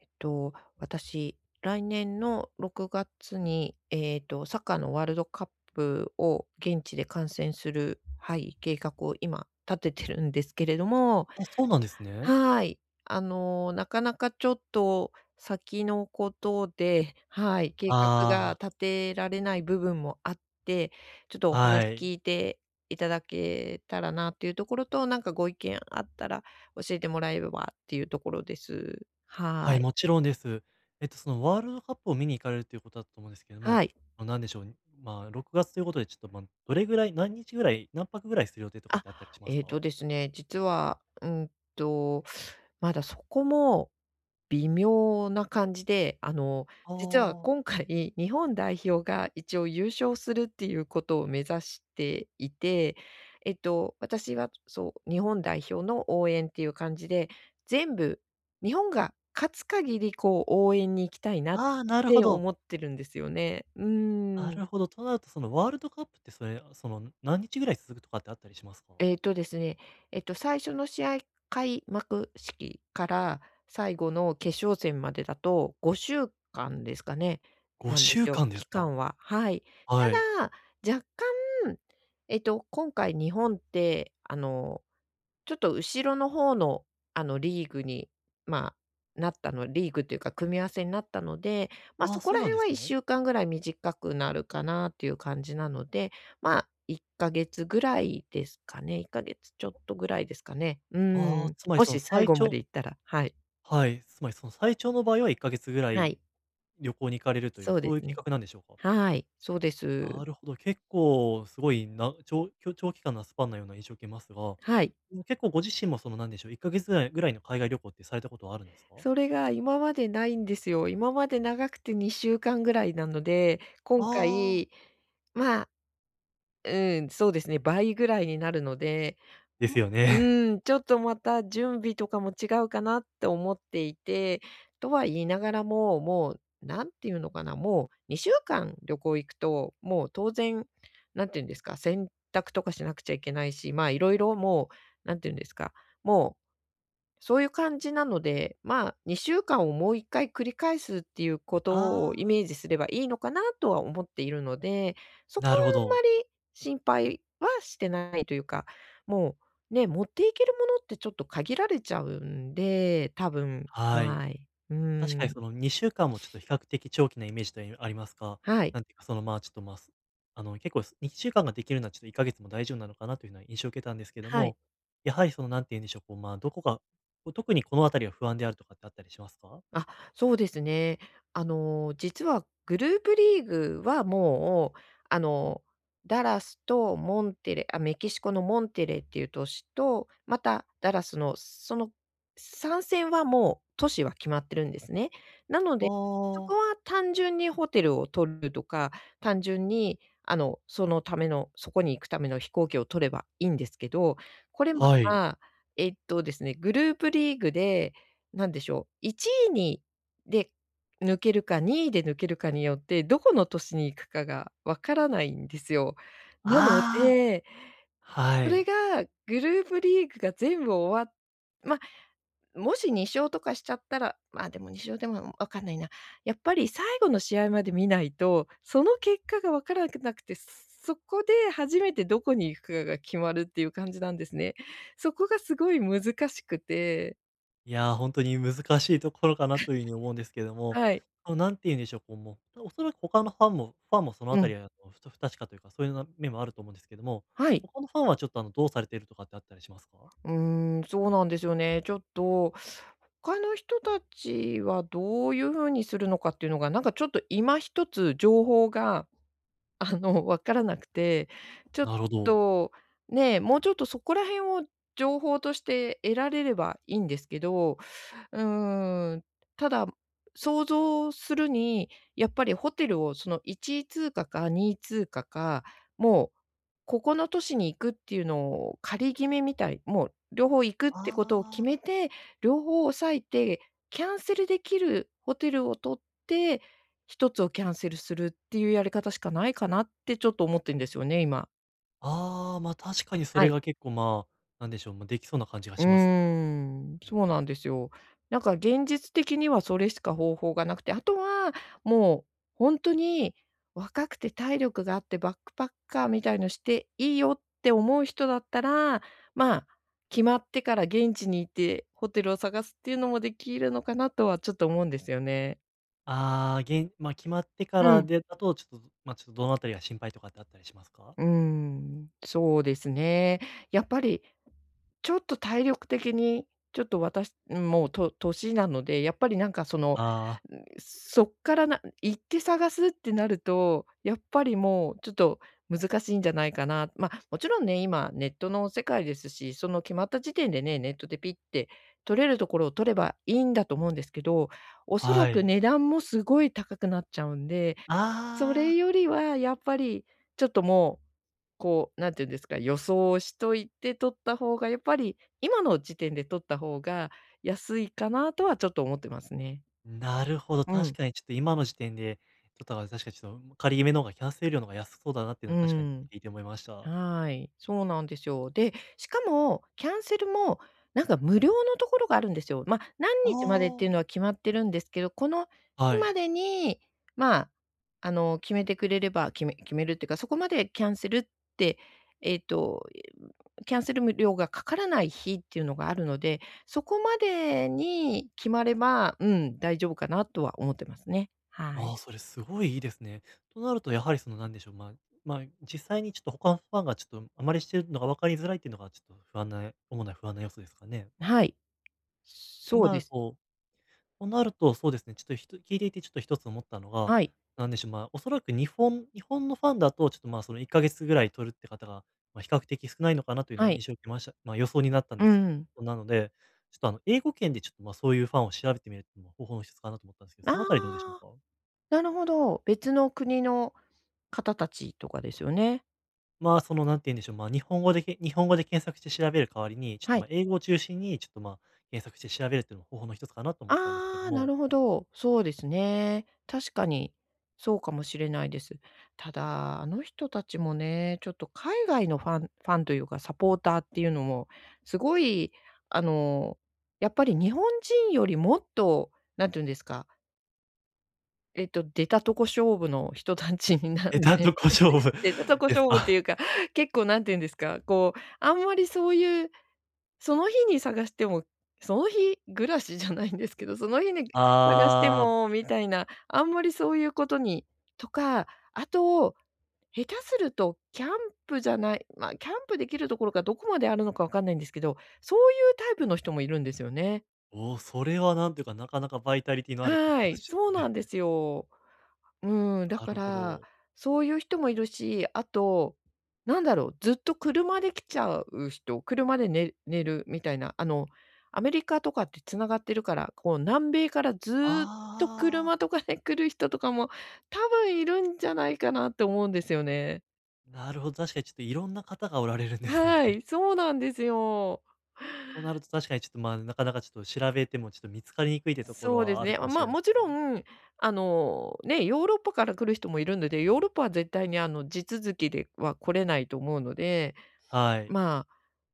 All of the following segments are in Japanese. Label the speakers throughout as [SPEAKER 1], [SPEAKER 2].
[SPEAKER 1] えっと、私、来年の6月に、サッカーのワールドカップを現地で観戦する、はい、計画を今立ててるんですけれども、
[SPEAKER 2] あ、そうなんですね。
[SPEAKER 1] はい。なかなかちょっと先のことで、はい、計画
[SPEAKER 2] あ
[SPEAKER 1] が
[SPEAKER 2] あ、
[SPEAKER 1] 立てられない部分もあって、ちょっとお
[SPEAKER 2] は
[SPEAKER 1] 話
[SPEAKER 2] い。
[SPEAKER 1] 聞いていただけたらなっていうところと、なんかご意見あったら教えてもらえればっていうところです。
[SPEAKER 2] は
[SPEAKER 1] は
[SPEAKER 2] い、
[SPEAKER 1] い。
[SPEAKER 2] もちろんです。そのワールドカップを見に行かれるということだと思うんですけども、
[SPEAKER 1] はい。
[SPEAKER 2] あの、なんでしょう、まあ、6月ということで、ちょっと、まあ、どれぐらい、何日ぐらい、何泊ぐらいする予定とかっ
[SPEAKER 1] あ、
[SPEAKER 2] てあったりします
[SPEAKER 1] えっ
[SPEAKER 2] か？
[SPEAKER 1] とですね、実は、まだそこも微妙な感じで、
[SPEAKER 2] あ
[SPEAKER 1] 実は
[SPEAKER 2] あ、
[SPEAKER 1] 今回、日本代表が一応優勝するっていうことを目指していて、私はそう、日本代表の応援っていう感じで、全部、日本が勝つ限り、こう、応援に行きたいなっ
[SPEAKER 2] ああ、なるほ
[SPEAKER 1] て
[SPEAKER 2] ど。
[SPEAKER 1] 思ってるんですよね。う
[SPEAKER 2] な
[SPEAKER 1] ーん。
[SPEAKER 2] るほど。となると、そのワールドカップって、それ、その、何日ぐらい続くとかってあったりしますか
[SPEAKER 1] えっとですね、えっと、最初の試合開幕式から最後の決勝戦までだと5週間ですかね、なん
[SPEAKER 2] ？5
[SPEAKER 1] で
[SPEAKER 2] 週
[SPEAKER 1] すよ、
[SPEAKER 2] 間です
[SPEAKER 1] 期
[SPEAKER 2] か？
[SPEAKER 1] 間は。はい。
[SPEAKER 2] はい。
[SPEAKER 1] ただ、若干、今回日本って、ちょっと後ろの方の、リーグに、まあ、なったのリーグというか組み合わせになったので、まあ、
[SPEAKER 2] ああ、
[SPEAKER 1] そこ
[SPEAKER 2] そ
[SPEAKER 1] ら
[SPEAKER 2] うなん
[SPEAKER 1] 辺
[SPEAKER 2] です
[SPEAKER 1] は
[SPEAKER 2] ね。
[SPEAKER 1] 1週間ぐらい短くなるかなっていう感じなので、まあ、1ヶ月ぐらいですかね。1ヶ月ちょっとぐらいですかね。う
[SPEAKER 2] ああ、
[SPEAKER 1] ん。
[SPEAKER 2] つまり
[SPEAKER 1] も
[SPEAKER 2] その
[SPEAKER 1] し最
[SPEAKER 2] 最
[SPEAKER 1] 後ま
[SPEAKER 2] 長
[SPEAKER 1] で行ったら、はい。
[SPEAKER 2] はい、つまりその最長の場合は1ヶ月ぐら
[SPEAKER 1] は
[SPEAKER 2] い
[SPEAKER 1] い。
[SPEAKER 2] 旅行に行かれるという、
[SPEAKER 1] そうで
[SPEAKER 2] そういう
[SPEAKER 1] す
[SPEAKER 2] 計
[SPEAKER 1] ね。
[SPEAKER 2] 画なんでしょうか？
[SPEAKER 1] はい、そうです。
[SPEAKER 2] なるほど、結構すごいな長長長期間なスパンなような印象を受けますが、
[SPEAKER 1] はい。
[SPEAKER 2] 結構ご自身もそのなんでしょう、1か月ぐらいの海外旅行ってされたことはあるんですか？
[SPEAKER 1] それが今までないんですよ。今まで長くて2週間ぐらいなので、今
[SPEAKER 2] ああー。
[SPEAKER 1] 回、まあ、うん、そうですね、倍ぐらいになるので、
[SPEAKER 2] ですよね。
[SPEAKER 1] うん、ちょっとまた準備とかも違うかなって思っていて、とは言いながらも、もうなんていうのかな、もう2週間旅行行くと、もう当然、なんて言うんですか、洗濯とかしなくちゃいけないし、まあ、いろいろもう、なんて言うんですか、もうそういう感じなので、まあ、2週間をもう1回繰り返すっていうこ とをイ
[SPEAKER 2] あ
[SPEAKER 1] メー
[SPEAKER 2] あ、
[SPEAKER 1] ジすればいいのかなとは思っているので、そこ
[SPEAKER 2] な
[SPEAKER 1] は
[SPEAKER 2] るほ
[SPEAKER 1] あん
[SPEAKER 2] ど。
[SPEAKER 1] まり心配はしてないというか、もうね、持っていけるものってちょっと限られちゃうんで、多分、
[SPEAKER 2] はい。
[SPEAKER 1] はい。う
[SPEAKER 2] 確かに
[SPEAKER 1] ん。
[SPEAKER 2] その2週間もちょっと比較的長期なイメージとありますか、
[SPEAKER 1] はい。
[SPEAKER 2] なんていうか、その、まあ、ちょっと、まあ、すあの、結構す2週間ができるのはちょっと1ヶ月も大丈夫なのかなというような印象を受けたんですけど
[SPEAKER 1] はい。
[SPEAKER 2] も、やはりその、なんて言うんでしょう、こう、まあ、どこが、こう、特にこのあたりは不安であるとかってあったりしますか？
[SPEAKER 1] あ、そうですね。実はグループリーグはもう、あの、ダラスとモンテレあ、メキシコのモンテレっていう都市と、またダラスのその参戦はもう都市は決まってるんですね。なの
[SPEAKER 2] ああ
[SPEAKER 1] で、そこ
[SPEAKER 2] ー。
[SPEAKER 1] は単純にホテルを取るとか、単純にそのための、そこに行くための飛行機を取ればいいんですけど、これま
[SPEAKER 2] はい。
[SPEAKER 1] た、えっとですね、グループリーグでなんでしょう、1位にで抜けるか、2位で抜けるかによって、どこの都市に行くかが分からないんですよ。なの
[SPEAKER 2] ああ、
[SPEAKER 1] で、
[SPEAKER 2] は
[SPEAKER 1] それ
[SPEAKER 2] い。
[SPEAKER 1] がグループリーグが全部終わっま、もし2勝とかしちゃったら、ま、でも2勝でも分かんないな。やっぱり最後の試合まで見ないと、その結果が分からなくなくて、そこで初めてどこに行くかが決まるっていう感じなんですね。そこがすごい難しくて、
[SPEAKER 2] いや、本当に難しいところかなというふうに思うんですけども、
[SPEAKER 1] はい。
[SPEAKER 2] あの、何て言うんでしょう、こう、もう、おそらく他のファンもそのあ
[SPEAKER 1] う
[SPEAKER 2] たり
[SPEAKER 1] ん。
[SPEAKER 2] は、不確かというか、そういうな面もあると思うんですけども、
[SPEAKER 1] はい。
[SPEAKER 2] 他のファンはちょっと、あの、どうされているとかってあったりしますか？
[SPEAKER 1] うーん、そうなんですよね。ちょっと、他の人たちはどういうふうにするのかっていうのが、なんかちょっと今一つ情報が、わからなくて、ちょっ
[SPEAKER 2] なるほど。
[SPEAKER 1] と、ね、もうちょっとそこら辺を情報として得られればいいんですけど、うーん、ただ、想像するに、やっぱりホテルをその1通貨か2通貨か、もうここの都市に行くっていうのを仮決めみたい、もう両方行くってことを決
[SPEAKER 2] あ
[SPEAKER 1] め
[SPEAKER 2] あ。
[SPEAKER 1] て、両方押さえて、キャンセルできるホテルを取って、一つをキャンセルするっていうやり方しかないかなってちょっと思ってんですよね、今。
[SPEAKER 2] ああ、確かにそ
[SPEAKER 1] は
[SPEAKER 2] れ
[SPEAKER 1] い。
[SPEAKER 2] が結構、まあ、なんでしょう、まあ、できそうな感じが
[SPEAKER 1] うー
[SPEAKER 2] します。
[SPEAKER 1] ん、そうなんですよ。なんか現実的にはそれしか方法がなくて、あとはもう本当に若くて体力があってバックパッカーみたいのしていいよって思う人だったら、まあ、決まってから現地に行ってホテルを探すっていうのもできるのかなとはちょっと思うんですよね。
[SPEAKER 2] ああ、げんま、決まってか
[SPEAKER 1] う
[SPEAKER 2] ら
[SPEAKER 1] ん、
[SPEAKER 2] でだと、ちょっとどのあたりが心配とかってあったりしますか？
[SPEAKER 1] うーん、そうですね。やっぱりちょっと体力的に、ちょっと私、もう、と年なので、やっぱりなんかその、
[SPEAKER 2] ああ
[SPEAKER 1] ん、そっからな行って探すってなると、やっぱりもうちょっと難しいんじゃないかな。ま、もちろんね、今ネットの世界ですし、その決まった時点でね、ネットでピッて取れるところを取ればいいんだと思うんですけど、お
[SPEAKER 2] ー、
[SPEAKER 1] そ
[SPEAKER 2] は
[SPEAKER 1] らく
[SPEAKER 2] い。
[SPEAKER 1] 値段もすごい高くなっちゃうんで、そ
[SPEAKER 2] あ
[SPEAKER 1] れ
[SPEAKER 2] あ。
[SPEAKER 1] よりはやっぱりちょっともうこう、なんていうんですか、予想をしといて取った方がやっぱり、今の時点で取った方が安いかなとはちょっと思ってますね。
[SPEAKER 2] なるほど、
[SPEAKER 1] う
[SPEAKER 2] 確
[SPEAKER 1] ん、
[SPEAKER 2] かにちょっと今の時点で、とったから確かにちょっと仮夢の方がキャンセル料の方が安そうだなっていうの
[SPEAKER 1] うー
[SPEAKER 2] は確かに聞い
[SPEAKER 1] ん。
[SPEAKER 2] ていて思いました。
[SPEAKER 1] はい、そうなんですよ。で、しかもキャンセルもなんか無料のところがあるんですよ。まあ、何
[SPEAKER 2] あ
[SPEAKER 1] 日までっ
[SPEAKER 2] あ。
[SPEAKER 1] ていうのは決まってるんですけど、この
[SPEAKER 2] は
[SPEAKER 1] 日ま
[SPEAKER 2] い。
[SPEAKER 1] でに、まあ、決めてくれれば、決めるっていうか、そこまでキャンセルって、えっと、キャンセル無料がかからない日っていうのがあるので、そこまでに決まれば、うん、大丈夫かなとは思ってますね。は
[SPEAKER 2] ああ、
[SPEAKER 1] い。
[SPEAKER 2] それすごいいいですね。となるとやはりそのなんでしょう、まあ、まあ、実際にちょっと他のファンがちょっとあまりしてるのが分かりづらいっていうのがちょっと不安な主な不安な要素ですかね。
[SPEAKER 1] はい。
[SPEAKER 2] と
[SPEAKER 1] そう
[SPEAKER 2] な
[SPEAKER 1] で
[SPEAKER 2] る
[SPEAKER 1] す。
[SPEAKER 2] ととなると、そうですね、ちょっとひと聞いていてちょっと一つ思ったのが、
[SPEAKER 1] はい、
[SPEAKER 2] なんでしょう、まあ、おそらく日本のファンだと、ちょっと、まあ、その1ヶ月ぐらい取るって方が、まあ、比較的少ないのかなというよう
[SPEAKER 1] は
[SPEAKER 2] な印
[SPEAKER 1] い。
[SPEAKER 2] 象を受けましたまあ、予想になったん
[SPEAKER 1] う
[SPEAKER 2] です。
[SPEAKER 1] ん。
[SPEAKER 2] なので、ちょっと、あの、英語圏でちょっと、まあ、そういうファンを調べてみるっていうのも方法の一つかなと思ったんですけど、
[SPEAKER 1] あ
[SPEAKER 2] そのあたりどうでしょう
[SPEAKER 1] あ。
[SPEAKER 2] か？
[SPEAKER 1] なるほど。別の国の方たちとかですよね。
[SPEAKER 2] まあ、その、なんて言うんでしょう、まあ、日本語で検索して調べる代わりに、ちょっと、
[SPEAKER 1] は
[SPEAKER 2] まあ、
[SPEAKER 1] い。
[SPEAKER 2] 英語を中心に、ちょっと、まあ、検索して調べるっていうのも方法の一つかなと思ったんですけど
[SPEAKER 1] ああ、な
[SPEAKER 2] も、
[SPEAKER 1] るほど。そうですね。確かに、そうかもしれないです。ただ、あの人たちもね、ちょっと海外のファンというか、サポーターっていうのも、すごい、あの、やっぱり日本人よりもっと、なんて言うんですか、出たとこ勝負の人たちになん
[SPEAKER 2] 下
[SPEAKER 1] で
[SPEAKER 2] 手と小勝負
[SPEAKER 1] 出たと こ
[SPEAKER 2] です
[SPEAKER 1] 勝負っ
[SPEAKER 2] か？
[SPEAKER 1] ていうか、結構なんて言うんですか、こう、あんまりそういうその日に探しても、その日暮らしじゃないんですけど、その日に 探して
[SPEAKER 2] ああ。
[SPEAKER 1] もみたいな、あんまりそういうことにとか、あと、下手するとキャンプじゃない、まあ、キャンプできるところがどこまであるのかわかんないんですけど、そういうタイプの人もいるんですよね。
[SPEAKER 2] おお、それはなんていうか、なかなかバイタリティのある方
[SPEAKER 1] は
[SPEAKER 2] ら
[SPEAKER 1] い、
[SPEAKER 2] しいです
[SPEAKER 1] そうな
[SPEAKER 2] ね。
[SPEAKER 1] んですよ。うん、だ
[SPEAKER 2] な
[SPEAKER 1] か
[SPEAKER 2] るほ
[SPEAKER 1] ら、
[SPEAKER 2] ど。
[SPEAKER 1] そういう人もいるし、あと、なんだろう、ずっと車で来ちゃう人、車で寝るみたいな、アメリカとかって繋がってるから、こう南米からずっと
[SPEAKER 2] ああ、
[SPEAKER 1] 車とかで来る人とかも多分いるんじゃないかなって思うんですよね。
[SPEAKER 2] なるほど、確かにちょっといろんな方がおられるんですね。
[SPEAKER 1] は い、そうなんですよ。
[SPEAKER 2] となると確かにちょっと、まあ、なかなかちょっと調べてもちょっと見つかりにくいってところ
[SPEAKER 1] そうで
[SPEAKER 2] は
[SPEAKER 1] す
[SPEAKER 2] ある
[SPEAKER 1] ね。
[SPEAKER 2] かもし
[SPEAKER 1] ま
[SPEAKER 2] れ
[SPEAKER 1] あ、
[SPEAKER 2] ないで
[SPEAKER 1] も
[SPEAKER 2] す
[SPEAKER 1] ち
[SPEAKER 2] ね。
[SPEAKER 1] ろん、あの、ね、ヨーロッパから来る人もいるので、ヨーロッパは絶対にあの地続きでは来れないと思うので、
[SPEAKER 2] はい。
[SPEAKER 1] まあ、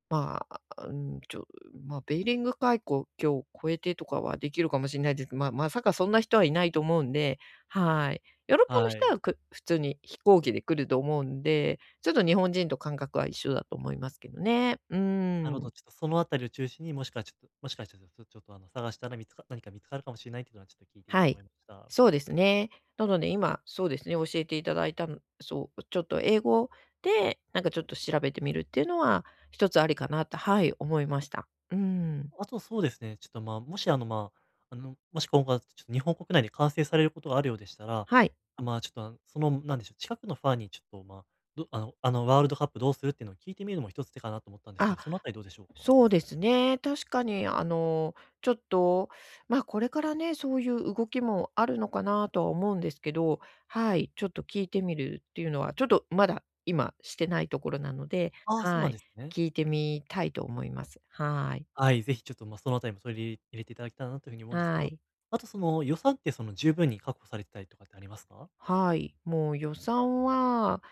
[SPEAKER 1] まあ、うん、ちょまあ、ベーリング海溝を越えてとかはできるかもしれないです。まあまさかそんな人はいないと思うんで、はい。ヨーロッパの
[SPEAKER 2] は
[SPEAKER 1] 人
[SPEAKER 2] い。
[SPEAKER 1] は、く普通に飛行機で来ると思うんで、ちょっと日本人と感覚は一緒だと思いますけどね。うー
[SPEAKER 2] なるほ
[SPEAKER 1] ん、
[SPEAKER 2] ど、ちょっとそのあたりを中心に、もしかしたら、ちょっとちょっとあの、探したら見つか何か見つかるかもしれないっていうのはちょっと聞いてい
[SPEAKER 1] は
[SPEAKER 2] て思
[SPEAKER 1] い。
[SPEAKER 2] いました。
[SPEAKER 1] そうですね。なので今、そうですね、教えていただいたのそう、ちょっと英語で、なんかちょっと調べてみるっていうのは、一つありかなと、はい、思いました。うん、
[SPEAKER 2] あとそうですね、ちょっと、まあ、もしあの、まあ、あの、もし今後、ちょっと日本国内で完成されることがあるようでしたら、
[SPEAKER 1] はい。
[SPEAKER 2] まあ、ちょっと、あの、その、なんでしょう、近くのファンにちょっと、まあ、どあのあの、ワールドカップどうするっていうのを聞いてみるのも一つ手かなと思ったんですけ
[SPEAKER 1] あ
[SPEAKER 2] ど、そのあたりどうでしょうか？
[SPEAKER 1] そうですね。確かに、ちょっと、まあ、これからね、そういう動きもあるのかなとは思うんですけど、はい、ちょっと聞いてみるっていうのは、ちょっとまだ今してないところなので、
[SPEAKER 2] ああ、そう
[SPEAKER 1] は
[SPEAKER 2] なん
[SPEAKER 1] い、
[SPEAKER 2] ですね。
[SPEAKER 1] 聞いてみたいと思います。はい。
[SPEAKER 2] はい、ぜひちょっと、まあ、そのあたりも取り入れていただけたらなというふうに思うんですけ
[SPEAKER 1] は
[SPEAKER 2] ど、
[SPEAKER 1] い。
[SPEAKER 2] あとその予算ってその十分に確保されてたりとかってありますか？
[SPEAKER 1] はい、もう予算は、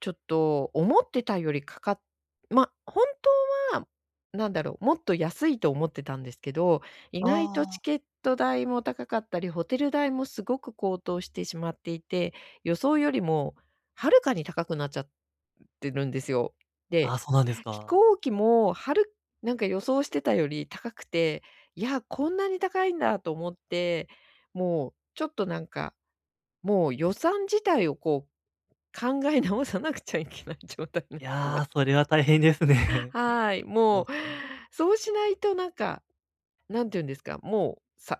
[SPEAKER 1] ちょっと思ってたよりかかっま、本当は、もっと安いと思ってたんですけど、意
[SPEAKER 2] あ
[SPEAKER 1] 外と
[SPEAKER 2] あ
[SPEAKER 1] チ
[SPEAKER 2] ー、
[SPEAKER 1] ケット代も高かったり、ホテル代もすごく高騰してしまっていて、予想よりもはるかに高くなっちゃってるんですよ。
[SPEAKER 2] あ
[SPEAKER 1] で、
[SPEAKER 2] あ、そうなんです
[SPEAKER 1] 飛
[SPEAKER 2] か。
[SPEAKER 1] 行機もはるなんか予想してたより高くて、いや、こんなに高いんだと思って、もうちょっとなんかもう予算自体をこう、考え直さなくちゃいけない状態になっ
[SPEAKER 2] い
[SPEAKER 1] てま
[SPEAKER 2] やー、
[SPEAKER 1] す。
[SPEAKER 2] それは大変です ね。
[SPEAKER 1] は い、も
[SPEAKER 2] 予
[SPEAKER 1] う、
[SPEAKER 2] 算。
[SPEAKER 1] そうしないとなんか、なんて言うんですか、もう、さ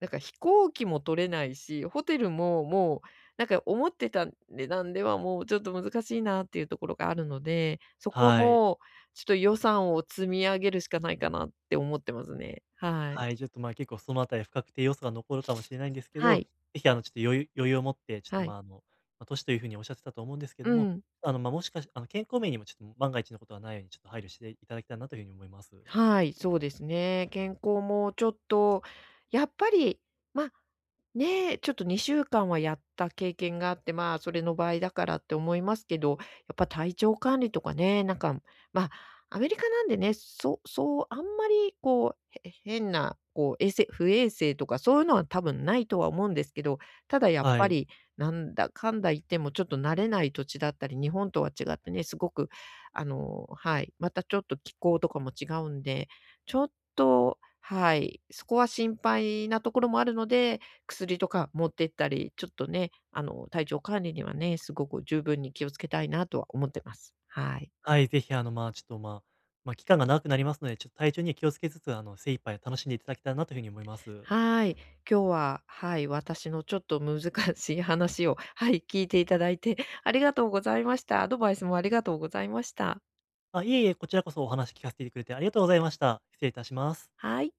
[SPEAKER 1] なんか飛行機も取れないし、ホテルももう、なんか思ってた値段ではもうちょっと難しいなっていうところがあるので、そこは
[SPEAKER 2] はい。
[SPEAKER 1] もう、ちょっと予算を積み上げるしかないかなって思ってますね。はい。
[SPEAKER 2] はい、ちょっと、ま、あ結構そのあたり不確定要素が残るかもしれないんですけ
[SPEAKER 1] は
[SPEAKER 2] ど、
[SPEAKER 1] い。
[SPEAKER 2] ぜひ、あの、ちょっと余裕を持って、ちょっと、
[SPEAKER 1] は
[SPEAKER 2] ま、
[SPEAKER 1] い。
[SPEAKER 2] ああの、まあ、年という風におっしゃってたと思うんですけ
[SPEAKER 1] う
[SPEAKER 2] ども、
[SPEAKER 1] ん。
[SPEAKER 2] あの、ま、もしかしあの、健康面にもちょっと万が一のことがないようにちょっと配慮していただきたいなというふうに思います。
[SPEAKER 1] はい、そうですね。健康もちょっと、やっぱり、ま、ねえ、ちょっと2週間はやった経験があって、まあ、それの場合だからって思いますけど、やっぱ体調管理とかね、なんか、まあ、アメリカなんでね、そうそう、あんまりこう、変な、こう衛生不衛生とかそういうのは多分ないとは思うんですけど、ただやっ
[SPEAKER 2] は
[SPEAKER 1] ぱ
[SPEAKER 2] い。
[SPEAKER 1] り、なんだかんだ言ってもちょっと慣れない土地だったり、日本とは違ってね、すごくあの、はい、またちょっと気候とかも違うんで、ちょっと、はい、そこは心配なところもあるので、薬とか持ってったり、ちょっとね、あの、体調管理にはね、すごく十分に気をつけたいなとは思ってます。はい。
[SPEAKER 2] はい、ぜひ、あの、ま、あちょっと、まあま、期間が長くなりますので、ちょっと体調には気をつけつつ、あの、精一杯楽しんでいただきたいなというふうに思います。
[SPEAKER 1] はい。今日は、はい、私のちょっと難しい話を、はい、聞いていただいてありがとうございました。アドバイスもありがとうございました。
[SPEAKER 2] あ、いえいえ、こちらこそお話聞かせてくれてありがとうございました。失礼いたします。
[SPEAKER 1] はい。